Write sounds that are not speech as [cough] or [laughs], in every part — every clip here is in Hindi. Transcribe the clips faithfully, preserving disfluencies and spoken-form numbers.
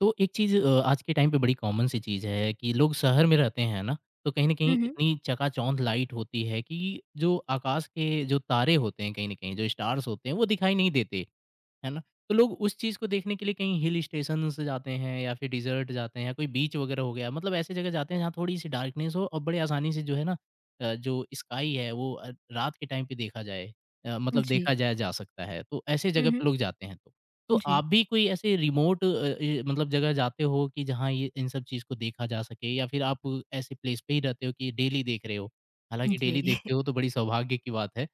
तो एक चीज़ अ, आज के टाइम पे बड़ी कॉमन सी चीज़ है कि लोग शहर में रहते हैं ना, तो कहीं न हुँ, कहीं हुँ। इतनी चकाचौंध लाइट होती है कि जो आकाश के जो तारे होते हैं कहीं न कहीं, जो स्टार्स होते हैं, वो दिखाई नहीं देते। है ना? तो लोग उस चीज़ को देखने के लिए कहीं हिल स्टेशंस जाते हैं या फिर डिज़र्ट जाते हैं या कोई बीच वगैरह हो गया, मतलब ऐसी जगह जाते हैं जहाँ थोड़ी-सी डार्कनेस हो और बड़े आसानी से जो है ना अ, जो स्काई है वो अ, रात के टाइम पे देखा जाए अ, मतलब जी। देखा जाया जा सकता है, तो ऐसे हुँ, जगह पे हुँ। लोग जाते हैं तो। तो जी, आप भी कोई ऐसे रिमोट अ, ए मतलब जगह जाते हो कि जहाँ ये इन सब चीज़ को देखा जा सके या फिर आप ऐसे प्लेस पे ही रहते हो कि डेली देख रहे हो? हालाँकि डेली जी। देखते हो तो बड़ी सौभाग्य की बात है।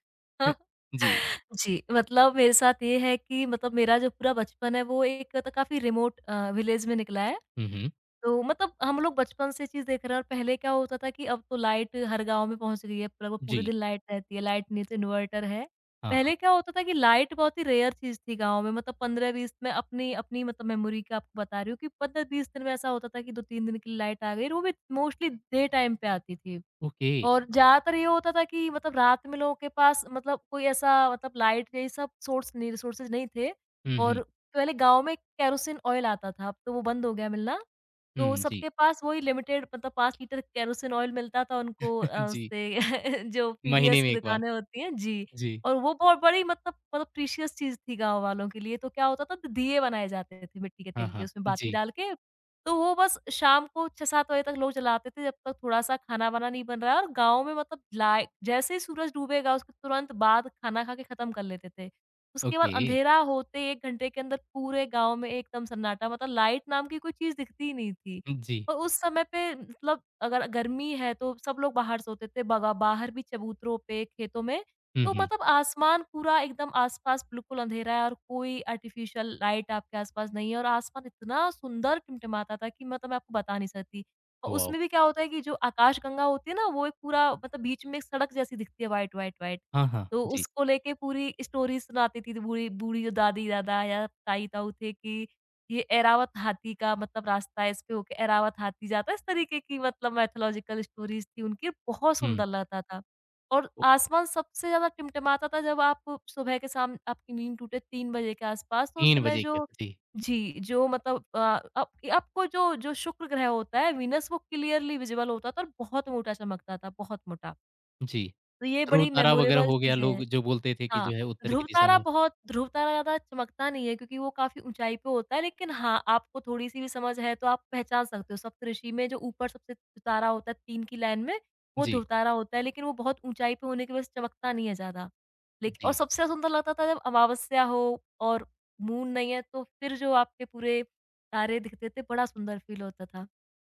[laughs] [laughs] जी। जी, मतलब मेरे साथ ये है कि मतलब मेरा जो पूरा बचपन है वो एक तो काफ़ी रिमोट अ, विलेज में निकला है। हुँ, हुँ। तो मतलब हम लोग बचपन से चीज़ देख रहे हैं और पहले क्या होता था कि अब तो लाइट हर गाँव में पहुँच गई है, पूरा वो पूरे जी। दिन लाइट रहती है, लाइट नहीं तो इन्वर्टर है। हाँ, हाँ। पहले क्या होता था कि लाइट बहुत ही रेयर चीज़ थी गाँव में, मतलब पंद्रह बीस, मैं अपनी अपनी मतलब मेमोरी का आपको बता रही हूँ कि पंद्रह बीस दिन में ऐसा होता था कि दो तीन दिन के लिए लाइट आ गई, और वो भी मोस्टली डे टाइम पे आती थी। ओके। और ज़्यादातर ये होता था कि मतलब रात में लोगों के पास मतलब कोई ऐसा मतलब लाइट का ये सब सोर्स नहीं, रिसोर्सेज़ नहीं थे, हुँ, हुँ। और पहले गाँव में केरोसिन ऑयल आता था, अब तो वो बंद हो गया मिलना। तो हुँ, जी। सबके पास वही लिमिटेड मतलब पाँच लीटर केरोसिन ऑयल मिलता था उनको, [laughs] अ, जी, उससे, [laughs] जो महीने पीडीएस में की एक बार। दुकानें होती हैं, जी। जी। और वो बहुत बड़ी मतलब मतलब प्रीशियस चीज़ थी गाँव वालों के लिए, तो क्या होता था, दिए बनाए जाते थे मिट्टी के हाँ, तेल के, हाँ। उसमें बाती जी, डाल के, तो वो बस शाम को छह सात बजे तक लोग जलाते थे, जब तक थोड़ा-सा खाना-वाना नहीं बन रहा है, और गाँव में मतलब लाइ जैसे ही सूरज डूबेगा उसके तुरंत बाद खाना खा के खत्म कर लेते थे। उसके बाद ओके। अंधेरा होते ही एक घंटे के अंदर पूरे गाँव में एकदम सन्नाटा, मतलब लाइट नाम की कोई चीज़ दिखती ही नहीं थी। जी। और उस समय पे मतलब अगर गर्मी है तो सब लोग बाहर सोते थे, बगा बाहर भी, चबूतरों पे, खेतों में। हुँ, तो हुँ। मतलब आसमान पूरा एकदम, आस-पास बिल्कुल अंधेरा है और कोई आर्टिफ़िशियल लाइट आपके आस-पास नहीं है, और आसमान इतना सुंदर टिमटिमाता था कि मतलब मैं आपको बता नहीं सकती। और वॉव! उसमें भी क्या होता है कि जो आकाशगंगा होती है ना, वो एक पूरा मतलब बीच में एक सड़क जैसी दिखती है, व्हाइट, व्हाइट, व्हाइट। हाँ, हाँ। तो जी। उसको लेके पूरी स्टोरी सुनाती थी बूढ़ी बूढ़ी जो दादी-दादा या ताई-ताऊ थे, कि ये एरावत हाथी का मतलब रास्ता है, इस पे होके एरावत हाथी जाता है। इस तरीके की मतलब मिथोलॉजिकल स्टोरीज़ थी उनकी, बहुत हुँ, सुंदर लगता था। और ओ आसमान सबसे ज़्यादा टिमटिमाता था जब आप सुबह के साम आपकी नींद टूटे तीन बजे के आसपास, तो उस तीन समय बजे के जो, जी, जी, जो मतलब अ, आप आपको जो जो शुक्र ग्रह होता है, वीनस, वो क्लियरली विज़िबल होता था और बहुत मोटा चमकता था, बहुत मोटा। जी। तो ये ध्रुव बड़ी तारा वगैरह मेमोरेबल हो गया, चीज़ें लोग हैं। जो बोलते थे कि हाँ, जो है उत्तर की ध्रुव दिशा तारा में बहुत ध्रुव तारा ज़्यादा चमकता नहीं है, क्योंकि वो काफ़ी ऊँचाई पे होता है, लेकिन हाँ, आपको थोड़ी-सी भी समझ है तो आप पहचान सकते हो। सप्तऋषि में जो ऊपर सबसे तारा होता है तीन की लाइन में, वो जी, ध्रुव तारा होता है, लेकिन वो बहुत ऊँचाई पे होने की वजह से चमकता नहीं है ज़्यादा। लेकि और जी। सबसे सुंदर लगता था जब अमावस्या हो, और मून नहीं है, तो फिर जो आपके पूरे तारे दिखते थे, बड़ा सुंदर फ़ील होता था।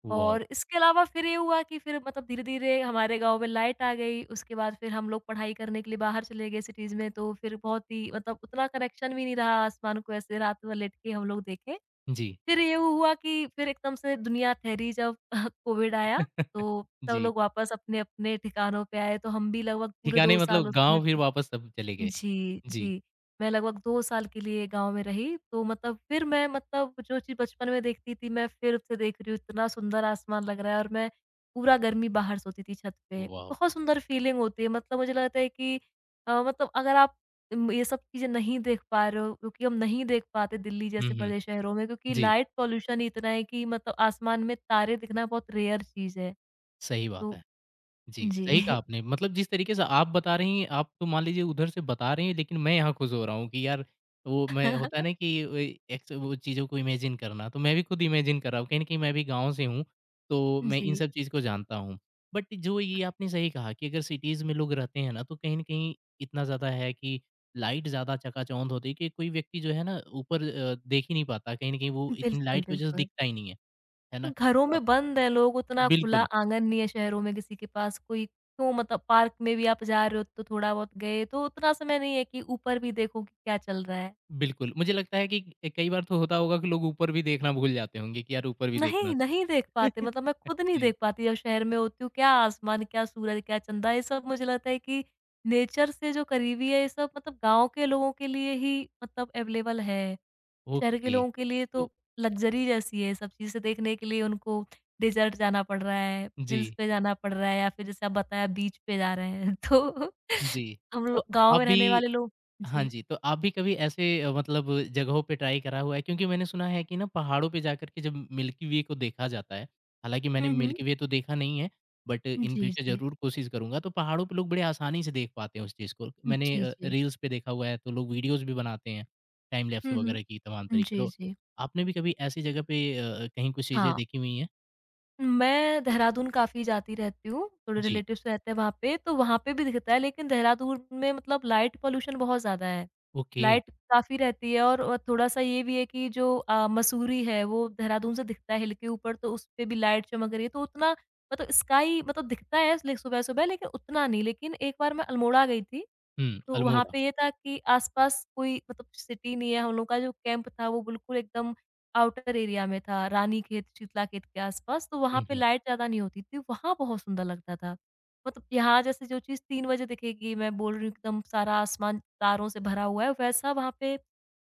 वॉव! और इसके अलावा फिर ये हुआ कि फिर मतलब धीरे-धीरे हमारे गाँव में लाइट आ गई, उसके बाद फिर हम लोग पढ़ाई करने के लिए बाहर चले गए सिटीज़ में, तो फिर बहुत ही मतलब उतना कनेक्शन भी नहीं रहा आसमान को ऐसे रात भर लेट के हम लोग देखें। जी, फिर ये हुआ कि फिर एकदम से दुनिया ठहरी जब [laughs] कोविड आया, तो सब जी। लोग वापस अपने-अपने ठिकानों पे आए, तो हम भी लगभग पूरे ठिकाने दो साल मतलब उस समय गाँव फिर पे। वापस सब चले गए। जी, जी, जी। मैं लगभग दो साल के लिए गाँव में रही, तो मतलब फिर मैं मतलब जो चीज़ बचपन में देखती थी, मैं फिर उसे देख रही हूँ, इतना सुंदर आसमान लग रहा है, और मैं पूरा गर्मी बाहर सोती थी छत पे। वॉव! बहुत सुंदर फीलिंग होती है, मतलब मुझे लगता है कि अ, मतलब अगर आप उम, ये सब चीज़ें नहीं देख पा रहे हो, क्योंकि हम नहीं देख पाते दिल्ली हुँ, जैसे हुँ। बड़े शहरों में, क्योंकि जी, लाइट पॉल्यूशन ही इतना है कि मतलब आसमान में तारे दिखना बहुत रेयर चीज़ है। सही बात तो। है। जी, सही कहा जी। आपने। मतलब जिस तरीके से आप बता रही हैं, आप तो मान लीजिए उधर से बता रही हैं, लेकिन मैं यहाँ खुश हो रहा हूँ कि यार वो मैं होता है ना [laughs] कि वही एक्स वो चीज़ों को इमेजिन करना, तो मैं भी खुद इमेजिन कर रहा हूँ। कहीं न कहीं मैं भी गाँव से हूँ, तो मैं इन जी। सब चीज़ को जानता हूँ। बट जो ये आपने सही कहा कि अगर सिटीज़ में लोग रहते हैं ना, तो कहीं न कहीं इतना ज़्यादा है कि लाइट ज़्यादा चकाचौंध होती है कि कोई व्यक्ति जो है ना ऊपर अ, देख ही नहीं पाता। कहीं न कहीं वो इतनी बिल्कुल, लाइट की वज़ह से बिल्कुल। दिखता ही नहीं है, है ना? घरों अ, में बंद है लोग, उतना खुला बिल्कुल। आँगन नहीं है शहरों में किसी के पास, कोई क्यों मतलब पार्क में भी आप जा रहे हो तो थोड़ा बहुत गए, तो उतना समय नहीं है कि ऊपर भी देखो कि क्या चल रहा है। बिल्कुल, मुझे लगता है कि अ, कई बार तो होता होगा कि लोग ऊपर भी देखना भूल जाते होंगे कि यार ऊपर भी देखना नहीं, था। नहीं देख पाते, [laughs] मतलब मैं खुद नहीं जी, देख पाती जब शहर में होती हूँ, क्या आसमान, क्या सूरज, क्या चंदा, ये सब मुझे लगता है कि नेचर से जो करीबी है, ये सब मतलब गाँव के लोगों के लिए ही मतलब अवेलेबल है। शहर के ओके। लोगों के लिए तो तो लग्ज़री जैसी है, सब चीज़ें देखने के लिए उनको डेज़र्ट जाना पड़ रहा है, हिल्स जी, पे जाना पड़ रहा है, या फिर जैसे आप बताया बीच पे जा रहे हैं। [laughs] तो जी। हम तो लोग गाँव में रहने अभी वाले लोग। हाँ जी। जी, तो आप भी कभी ऐसे अ, मतलब जगहों पे ट्राई करा हुआ है? क्योंकि मैंने सुना है कि ना पहाड़ों पे जाकर के जब मिल्की वे को देखा जाता है, हालाँकि मैंने हुँ, हुँ। मिल्की वे तो देखा नहीं है, बट इन जी, फ्यूचर जी। ज़रूर कोशिश करूँगा। तो पहाड़ों पे लोग बड़े आसानी से देख पाते हैं उस चीज़ को। मैंने जी, अ, जी। रील्स पे देखा हुआ है, तो लोग वीडियोज़ भी बनाते हैं, टाइम लैप्स हुँ, वगैरह हुँ। की तमाम तरीके। जी, तो जी। आपने भी कभी ऐसी जगह पे अ, कहीं कुछ चीज़ें हाँ। देखी हुई हैं? मैं देहरादून काफ़ी जाती रहती हूँ, थोड़े जी, रिलेटिव्स रहते हैं वहाँ पे, तो वहाँ पे भी दिखता है, लेकिन देहरादून में मतलब लाइट पॉल्यूशन बहुत ज़्यादा है। ओके। लाइट काफ़ी रहती है, और अ, थोड़ा-सा ये भी है कि जो अ, मसूरी है, वो देहरादून से दिखता है हिल के ऊपर, तो उसपे भी लाइट चमक रही है, तो उतना मतलब स्काई मतलब दिखता है, ले सुबह-सुबह, लेकिन उतना नहीं। लेकिन एक बार मैं अल्मोड़ा गई थी, हुँ, तो वहाँ अल्मोड़ा। पे ये था कि आस-पास कोई मतलब सिटी नहीं है, हम लोग का जो कैंप था वो बिल्कुल एकदम आउटर एरिया में था, रानीखेत, शीतलाखेत के आस-पास, तो वहाँ हुँ, पे हुँ। लाइट ज़्यादा नहीं होती थी, वहाँ बहुत सुंदर लगता था। मतलब यहाँ जैसे जो चीज़ तीन बजे दिखेगी, मैं बोल रही हूँ एकदम सारा आसमान तारों से भरा हुआ है, वैसा वहाँ पे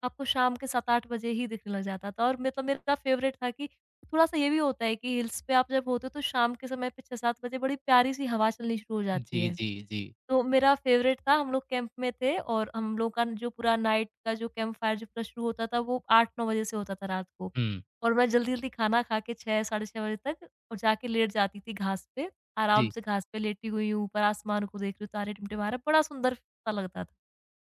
आपको शाम के सात आठ बजे ही दिखने लग जाता था, और मतलब मेरा फेवरेट था कि, थोड़ा-सा ये भी होता है कि हिल्स पे आप जब होते हो तो शाम के समय पे छह सात बजे बड़ी प्यारी-सी हवा चलनी शुरू हो जी, जाती है। जी, जी। तो मेरा फ़ेवरेट था, हम लोग कैंप में थे, और हम लोग का जो पूरा नाइट का जो कैंप फायर जो पूरा शुरू होता था वो आठ नौ बजे से होता था रात को। हुँ, और मैं जल्दी-जल्दी खाना खा के छह, साढ़े छह बजे तक और जाके लेट जाती थी घास पे। आराम जी। से घास पे लेटी हुई हूँ, ऊपर आसमान को देख रही हूँ, तारे टिमटिमा रहे हैं, बड़ा सुंदर सा लगता था।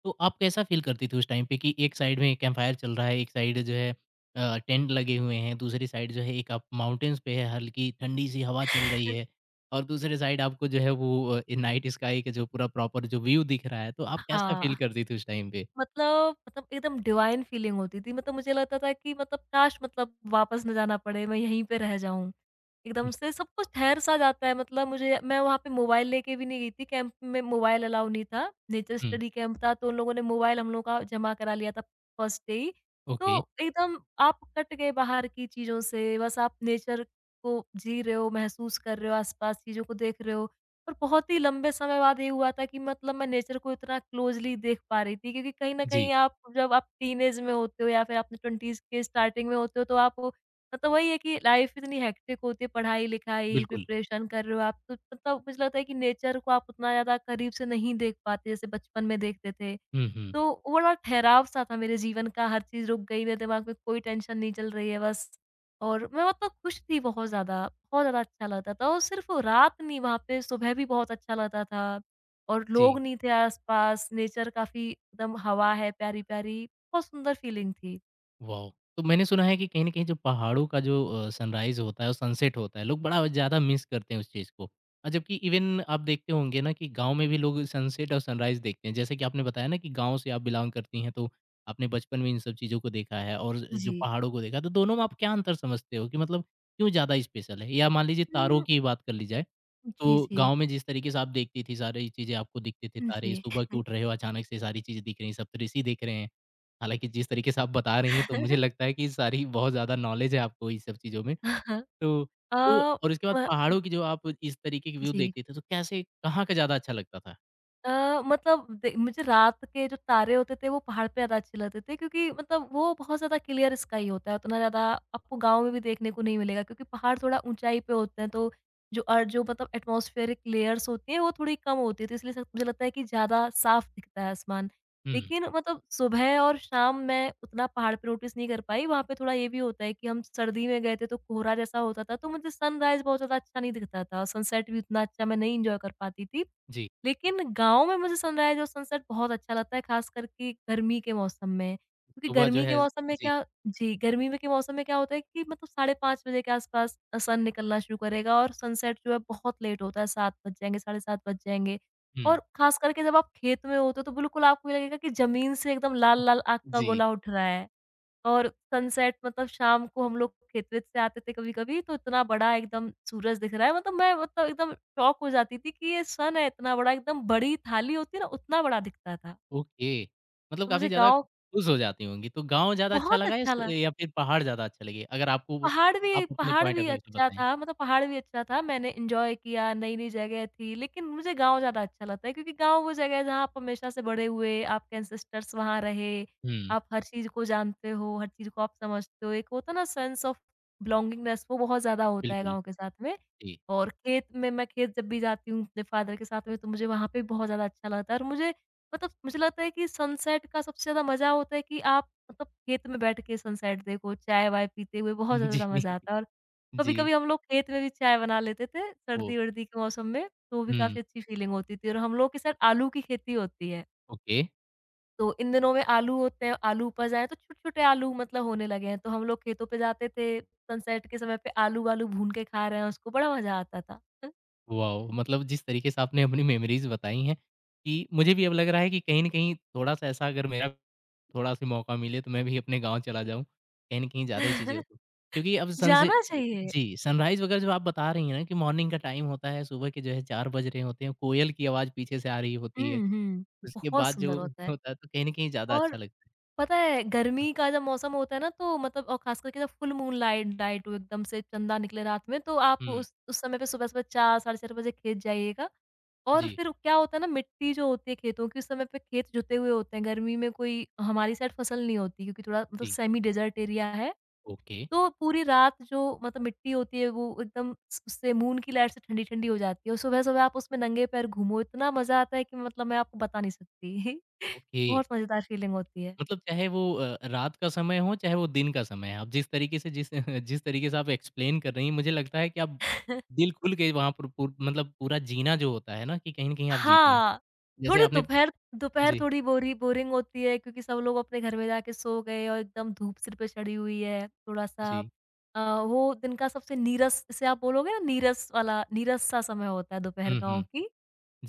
तो आप कैसा फ़ील करती थी उस टाइम पे कि एक साइड में कैम्पफ़ायर चल रहा है, एक साइड जो है अ, टेंट लगे हुए हैं, दूसरी साइड जो है एक आप माउंटेन्स पे है, हल्की ठंडी-सी हवा चल रही है [laughs] और दूसरे साइड आपको जो है वो अ, ए नाइट स्काई का जो पूरा प्रॉपर जो व्यू दिख रहा है, तो आप कैसा फ़ील हाँ, करती थी उस टाइम पे? मतलब मतलब एकदम डिवाइन फ़ीलिंग होती थी। मतलब मुझे लगता था कि मतलब काश मतलब वापस ना जाना पड़े, मैं यहीं पे रह जाऊँ। एकदम हुँ, से सब कुछ ठहर-सा जाता है, मतलब मुझे मैं वहाँ पे मोबाइल लेके भी नहीं गई थी, कैंप में मोबाइल अलाउ नहीं था। नेचर हुँ, स्टडी कैंप था तो उन लोगों ने मोबाइल हम लोग का जमा करा लिया था फर्स्ट डे ही। ओके, तो एकदम आप कट गए बाहर की चीज़ों से, बस आप नेचर को जी रहे हो, महसूस कर रहे हो, आस-पास चीज़ों को देख रहे हो। और बहुत ही लंबे समय बाद ये हुआ था कि मतलब मैं नेचर को इतना क्लोज़ली देख पा रही थी, क्योंकि कहीं न जी, कहीं आप जब आप टीनेज में होते हो, या फिर आपने ट्वेंटीज़ के स्टार्टिंग में होते हो, तो आप मतलब वही है कि लाइफ़ इतनी हेक्टिक होती है, पढ़ाई-लिखाई, बिल्कुल। प्रिपरेशन कर रहे हो आप, तो मतलब मुझे लगता है कि नेचर को आप उतना ज़्यादा करीब से नहीं देख पाते जैसे बचपन में देखते थे। हुँ, हुँ, तो वो बड़ा ठहराव सा था मेरे जीवन का, हर चीज़ रुक गई, मेरे दिमाग में कोई टेंशन नहीं चल रही है बस। और मैं मतलब खुश थी बहुत ज़्यादा, बहुत ज़्यादा अच्छा लगता था, और सिर्फ़ रात नहीं, वहाँ पे सुबह भी बहुत अच्छा लगता था, और जी। लोग नहीं थे आस-पास, नेचर काफ़ी एकदम, हवा है प्यारी-प्यारी, बहुत सुंदर फीलिंग थी। वाओ! तो मैंने सुना है कि कहीं न कहीं जो पहाड़ों का जो अ, सनराइज़ होता है और सनसेट होता है, लोग बड़ा ज़्यादा मिस करते हैं उस चीज़ को। अ, जबकि इवन आप देखते होंगे ना कि गाँव में भी लोग सनसेट और सनराइज़ देखते हैं। जैसे कि आपने बताया ना कि गाँव से आप बिलॉन्ग करती हैं, तो आपने बचपन में इन सब चीज़ों को देखा है और जो जी। पहाड़ों को देखा है, तो दोनों में आप क्या अंतर समझते हो कि मतलब क्यों ज़्यादा स्पेशल है? या मान लीजिए तारों हुँ। की ही बात कर ली जाए, जी, तो जी। गाँव में जिस तरीके से आप देखती थी सारी चीज़ें आपको दिखते थे तारे, जी। सुबह के उठ रहे हो अचानक से सारी चीज़ें दिख रही हैं, सप्तऋषि दिख रहे हैं। हालाँकि जिस तरीके से आप बता रही हैं, तो मुझे लगता [laughs] है कि सारी बहुत ज़्यादा नॉलेज है आपको ये सब चीज़ों में। तो अ, तो और उसके बाद म पहाड़ों की जो आप इस तरीके की व्यू जी। देखते थे, तो कैसे कहाँ का ज़्यादा अच्छा लगता था? अ, मतलब दे मुझे रात के जो तारे होते थे वो पहाड़ पे ज़्यादा अच्छे लगते थे, क्योंकि मतलब वो बहुत ज़्यादा क्लियर स्काई होता है, उतना ज़्यादा आपको गाँव में भी देखने को नहीं मिलेगा, क्योंकि पहाड़ थोड़ा ऊँचाई पे होते हैं, तो जो अर्थ जो मतलब एटमॉस्फेरिक लेयर्स होती हैं वो थोड़ी कम होती है, तो इसलिए स मुझे लगता है कि ज़्यादा साफ दिखता है आसमान। हुँ, लेकिन मतलब सुबह और शाम मैं उतना पहाड़ पे नोटिस नहीं कर पाई, वहाँ पे थोड़ा ये भी होता है कि हम सर्दी में गए थे तो कोहरा जैसा होता था, तो मुझे सनराइज़ बहुत ज़्यादा अच्छा नहीं दिखता था, और सनसेट भी उतना अच्छा मैं नहीं एन्जॉय कर पाती थी। जी। लेकिन गाँव में मुझे सनराइज़ और सनसेट बहुत अच्छा लगता है, ख़ासकर कि गर्मी के मौसम में। क्योंकि सुबह जो गर्मी के है मौसम में जी, क्या, जी, गर्मी में के मौसम में क्या होता है कि मतलब साढ़े पाँच बजे के आस-पास अ, सन निकलना शुरू करेगा और सनसेट जो है बहुत लेट होता है, सात बज जाएँगे, साढ़े सात बज जाएँगे। हुँ, और ख़ास करके जब आप खेत में होते हो, तो बिल्कुल आपको ये लगेगा कि ज़मीन से एकदम लाल-लाल आग का जी, गोला उठ रहा है। और सनसेट मतलब शाम को हम लोग खेत-वेत से आते थे कभी-कभी, तो इतना बड़ा एकदम सूरज दिख रहा है, मतलब मैं मतलब एकदम शॉक हो जाती थी कि ये सन है, इतना बड़ा, एकदम बड़ी थाली होती है ना, उतना बड़ा दिखता था। ओके। मतलब तो काफ़ी मुझे ज़्यादा गाँव खुश हो जाती होंगी। तो गाँव ज़्यादा अच्छा बहुत लगा या स अच्छा लगा। या फिर पहाड़ ज़्यादा अच्छा लगे? अगर आपको पहाड़ आप भी अपने पहाड़ पॉइंट ऑफ भी व्यू से अच्छा बताएँ। था, मतलब पहाड़ भी अच्छा था, मैंने एन्जॉय किया, नई-नई जगह थी, लेकिन मुझे गाँव ज़्यादा अच्छा लगता है क्योंकि गाँव वो जगह है जहाँ आप हमेशा से बड़े हुए, आपके एंसेस्टर्स वहाँ रहे, हुँ, आप हर चीज़ को जानते हो, हर चीज़ को आप समझते हो, एक होता है ना सेंस ऑफ बिलॉन्गिंगनेस, वो बहुत ज़्यादा होता है बिल्कुल, गाँव के साथ में। जी। और खेत में मैं खेत जब भी जाती हूँ अपने फादर के साथ में तो मुझे वहाँ पे बहुत ज़्यादा अच्छा लगता है, और मुझे मतलब मुझे लगता है कि सनसेट का सबसे ज़्यादा मज़ा होता है कि आप मतलब खेत में बैठ के सनसेट देखो, चाय-वाय पीते हुए बहुत [laughs] जी, ज़्यादा मज़ा आता है। और जी, कभी-कभी हम लोग खेत में भी चाय बना लेते थे, ओह! सर्दी-वर्दी के मौसम में, तो भी हुँ, काफ़ी अच्छी फीलिंग होती थी, और हम लोग के साइड आलू की खेती होती है, ओके। तो इन दिनों में आलू होते हैं, आलू उपज आए हैं, तो छोटे-छोटे आलू मतलब होने लगे हैं, तो हम लोग खेतों पे जाते थे, सनसेट के समय पे आलू-वालू भून के खा रहे हैं उसको, बड़ा मज़ा आता था। वाओ! मतलब जिस तरीके से आपने अपनी मेमोरीज़ बताई हैं, कि मुझे भी अब लग रहा है कि कहीं न कहीं थोड़ा-सा ऐसा अगर मेरा थोड़ा-सा मौका मिले तो मैं भी अपने गाँव चला जाऊँ, कहीं न कहीं ज़्यादा ही चीज़ें [laughs] होती हैं। क्योंकि अब सन से जाना चाहिए। जी, सनराइज़ वगैरह जो आप बता रही हैं ना कि मॉर्निंग का टाइम होता है, सुबह के जो है चार बज रहे होते हैं, कोयल की आवाज़ पीछे से आ रही होती है, हुँ, हुँ। उसके बहुत बाद जो सुंदर होता है। होता है तो कहीं न कहीं ज़्यादा और अच्छा लगता है। पता है, गर्मी का जब मौसम होता है ना, तो मतलब और खास करके जब फुल मून लाइट लाइट हो, एकदम से चंदा निकले रात में, तो आप हुँ, उस उस समय पे सुबह सुबह चार, साढ़े चार बजे खेत जाइएगा, और जी, फिर क्या होता है ना, मिट्टी जो होती है खेतों की, उस समय पे खेत जुते हुए होते हैं गर्मी में, कोई हमारी साइड फसल नहीं होती क्योंकि थोड़ा मतलब जी। सेमी डेजर्ट एरिया है। ओके, तो पूरी रात जो मतलब मिट्टी होती है वो एकदम स- उससे मून की लाइट से ठंडी ठंडी हो जाती है, और सुबह सुबह आप उसमें नंगे पैर घूमो, इतना मजा आता है कि मतलब मैं आपको बता नहीं सकती। [laughs] ओके। बहुत मजेदार फीलिंग होती है। मतलब चाहे वो अ, रात का समय हो, चाहे वो दिन का समय है, आप जिस तरीके से जिस [laughs] जिस तरीके से आप एक्सप्लेन कर रही हैं, मुझे लगता है कि आप [laughs] दिल खुल के वहाँ पर पू मतलब पूरा जीना जो होता है ना, कि कहीं न कहीं आप जीती हैं। हाँ। जैसे थोड़ी आपने दोपहर दोपहर जी, थोड़ी बोरी बोरिंग होती है क्योंकि सब लोग अपने घर में जाके सो गए, और एकदम धूप सिर पे चढ़ी हुई है, थोड़ा-सा जी। अ, वो दिन का सबसे नीरस, जिसे आप बोलोगे ना, नीरस वाला, नीरस-सा समय होता है दोपहर हुँ, गाँव हुँ। की।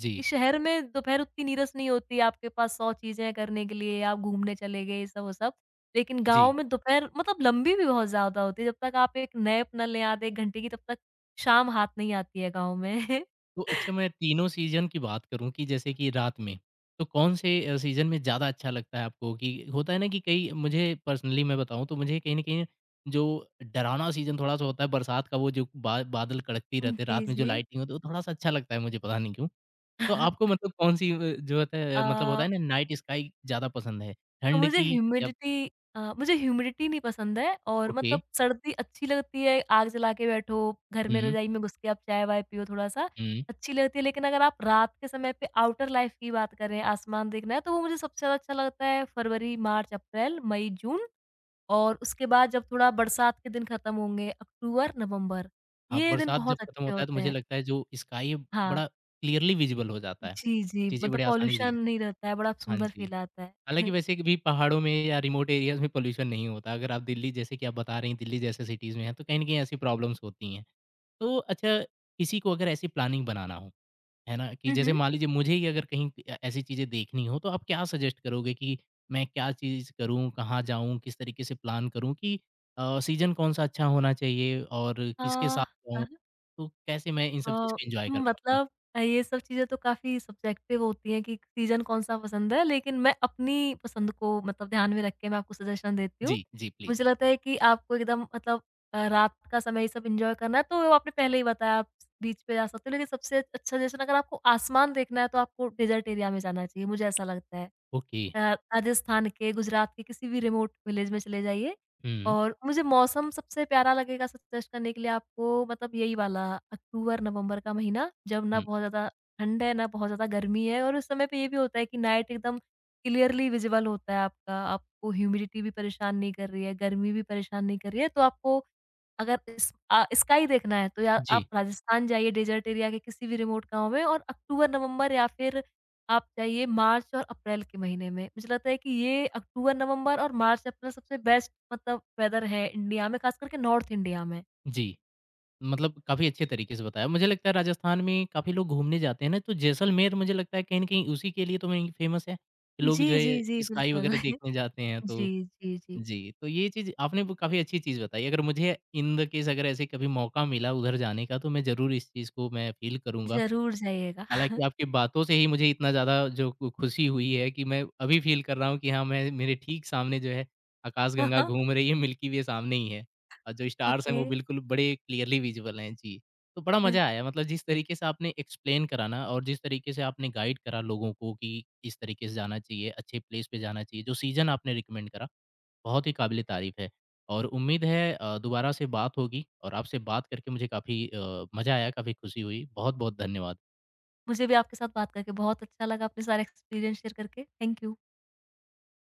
जी, शहर में दोपहर उतनी नीरस नहीं होती, आपके पास सौ चीज़ें करने के लिए, आप घूमने चले गए, ये सब वो सब। लेकिन जी। गाँव में दोपहर मतलब लंबी भी बहुत ज़्यादा होती है, जब तक आप एक नैप ना लें आधे एक घंटे की, तब तक शाम हाथ नहीं आती है गाँव में। तो अच्छा [laughs] मैं तीनों सीज़न की बात करूँ कि जैसे कि रात में, तो कौन से अ, सीज़न में ज़्यादा अच्छा लगता है आपको? कि होता है ना कि कई मुझे पर्सनली मैं बताऊँ तो मुझे कहीं न कहीं जो डरावना सीज़न थोड़ा-सा होता है बरसात का वो जो बा बादल कड़कती रहते हैं, जी, रात में जो जी। लाइटिंग होती है वो थोड़ा-सा अच्छा लगता है मुझे पता नहीं क्यों? तो आपको [laughs] मतलब कौन-सी अ, जो होता है अ, मतलब होता है ना नाइट स्काई ज़्यादा पसंद है? तो ठंड मुझे की या ह्यूमिडिटी अ, मुझे ह्यूमिडिटी नहीं पसंद है, और ओके। मतलब सर्दी अच्छी लगती है, आग जला के बैठो, घर में हुँ, रज़ाई में घुस के आप चाय-वाय पियो थोड़ा-सा, हुँ। अच्छी लगती है। लेकिन अगर आप रात के समय पे आउटर लाइफ़ की बात करें, आसमान देखना है, तो वो मुझे सबसे ज़्यादा अच्छा लगता है फरवरी, मार्च, अप्रैल, मई, जून, और उसके बाद जब थोड़ा बरसात के दिन खत्म होंगे, अक्टूबर, नवंबर, हाँ, ये दिन बरसात जब बहुत खत्म अच्छे होता है तो होते मुझे हैं। लगता है जो स्काई है हाँ, बड़ा क्लियरली विज़िबल हो जाता है। जी, जी, चीज़ें मतलब बड़ी आसानी से दिख पॉल्यूशन नहीं रहता है, बड़ा हाँ सुंदर जी। फ़ील आता है। हालाँकि [laughs] वैसे भी पहाड़ों में या रिमोट एरियाज़ में पॉल्यूशन नहीं होता। अगर आप दिल्ली जैसे कि आप बता रही हैं दिल्ली जैसे सिटीज़ में हैं, तो कहीं न कहीं ऐसी प्रॉब्लम्स होती हैं। तो अच्छा किसी को अगर ऐसी प्लानिंग बनाना हो, है ना? कि हुँ, जैसे हुँ। मान लीजिए मुझे ही अगर कहीं अ, ऐसी चीज़ें देखनी हो तो आप क्या सजेस्ट करोगे कि मैं क्या चीज़ करूँ, कहाँ जाऊँ, किस तरीके से प्लान करूँ कि अ, सीज़न कौन-सा अच्छा होना चाहिए और अ, किसके साथ जाऊँ? हाँ। तो कैसे मैं इन सब चीज़ अ, को एन्जॉय कर पाऊँगा? मतलब अ, ये सब चीज़ें तो काफ़ी सब्जेक्टिव होती हैं कि सीज़न कौन-सा पसंद है, लेकिन मैं अपनी पसंद को मतलब ध्यान में रख के मैं आपको सजेशन देती जी, हूँ। जी प्लीज़। मुझे लगता है कि आपको एकदम मतलब अ, रात का समय ये सब एन्जॉय करना है, तो वो आपने पहले ही बताया, आप बीच पे जा सकते हो, लेकिन सबसे अच्छा सजेशन, अगर आपको आसमान देखना है, तो आपको डेज़र्ट एरिया में जाना चाहिए, मुझे ऐसा लगता है। ओके। अ, राजस्थान के, गुजरात के किसी भी रिमोट विलेज में चले जाइए, हुँ, और मुझे मौसम सबसे प्यारा लगेगा सजेस्ट करने के लिए आपको, मतलब यही वाला अक्टूबर-नवंबर का महीना, जब ना हुँ। बहुत ज़्यादा ठंड है, ना बहुत ज़्यादा गर्मी है, और उस समय पे ये भी होता है कि नाइट एकदम क्लियरली विज़िबल होता है आपका, आपको ह्यूमिडिटी भी परेशान नहीं कर रही है, गर्मी भी परेशान नहीं कर रही है, तो आपको अगर इस अ, स्काई देखना है, तो या जी, आप राजस्थान जाइए डेज़र्ट एरिया के किसी भी रिमोट गाँव में, और अक्टूबर-नवंबर, या फिर आप चाहिए मार्च और अप्रैल के महीने में। मुझे लगता है कि ये अक्टूबर, नवंबर और मार्च, अप्रैल सबसे बेस्ट मतलब वेदर है इंडिया में, ख़ास करके नॉर्थ इंडिया में। जी। मतलब काफ़ी अच्छे तरीके से बताया। मुझे लगता है राजस्थान में काफ़ी लोग घूमने जाते हैं ना, तो जैसलमेर मुझे लगता है कहीं न कहीं उसी के लिए तो वहीं फ़ेमस है कि लोग जी, जो जी, है जी, स्काई बिल्कुल। वगैरह [laughs] देखने जाते हैं तो जी, जी, जी। जी, तो ये चीज़ आपने वो काफ़ी अच्छी चीज़ बताई। अगर मुझे इन द केस अगर ऐसे कभी मौका मिला उधर जाने का तो मैं ज़रूर इस चीज़ को मैं फ़ील करूँगा ज़रूर जाइएगा। हालाँकि आपकी बातों से ही मुझे इतना ज़्यादा जो खु खुशी हुई है कि मैं अभी फ़ील कर रहा हूँ कि हाँ, मैं मेरे ठीक सामने जो है आकाशगंगा [laughs] घूम रही है, मिल्की वे सामने ही है और जो स्टार्स हैं ओके। वो बिल्कुल बड़े क्लियरली विज़िबल हैं। जी, तो बड़ा मज़ा आया मतलब जिस तरीके से आपने एक्सप्लेन करा ना और जिस तरीके से आपने गाइड करा लोगों को कि इस तरीके से जाना चाहिए, अच्छे प्लेस पे जाना चाहिए, जो सीज़न आपने रिकमेंड करा, बहुत ही काबिले तारीफ़ है और उम्मीद है अ, दोबारा से बात होगी और आपसे बात करके मुझे काफ़ी अ, मज़ा आया, काफ़ी खुशी हुई। बहुत-बहुत धन्यवाद। मुझे भी आपके साथ बात करके बहुत अच्छा लगा, अपने सारे एक्सपीरियंस शेयर करके। Thank you.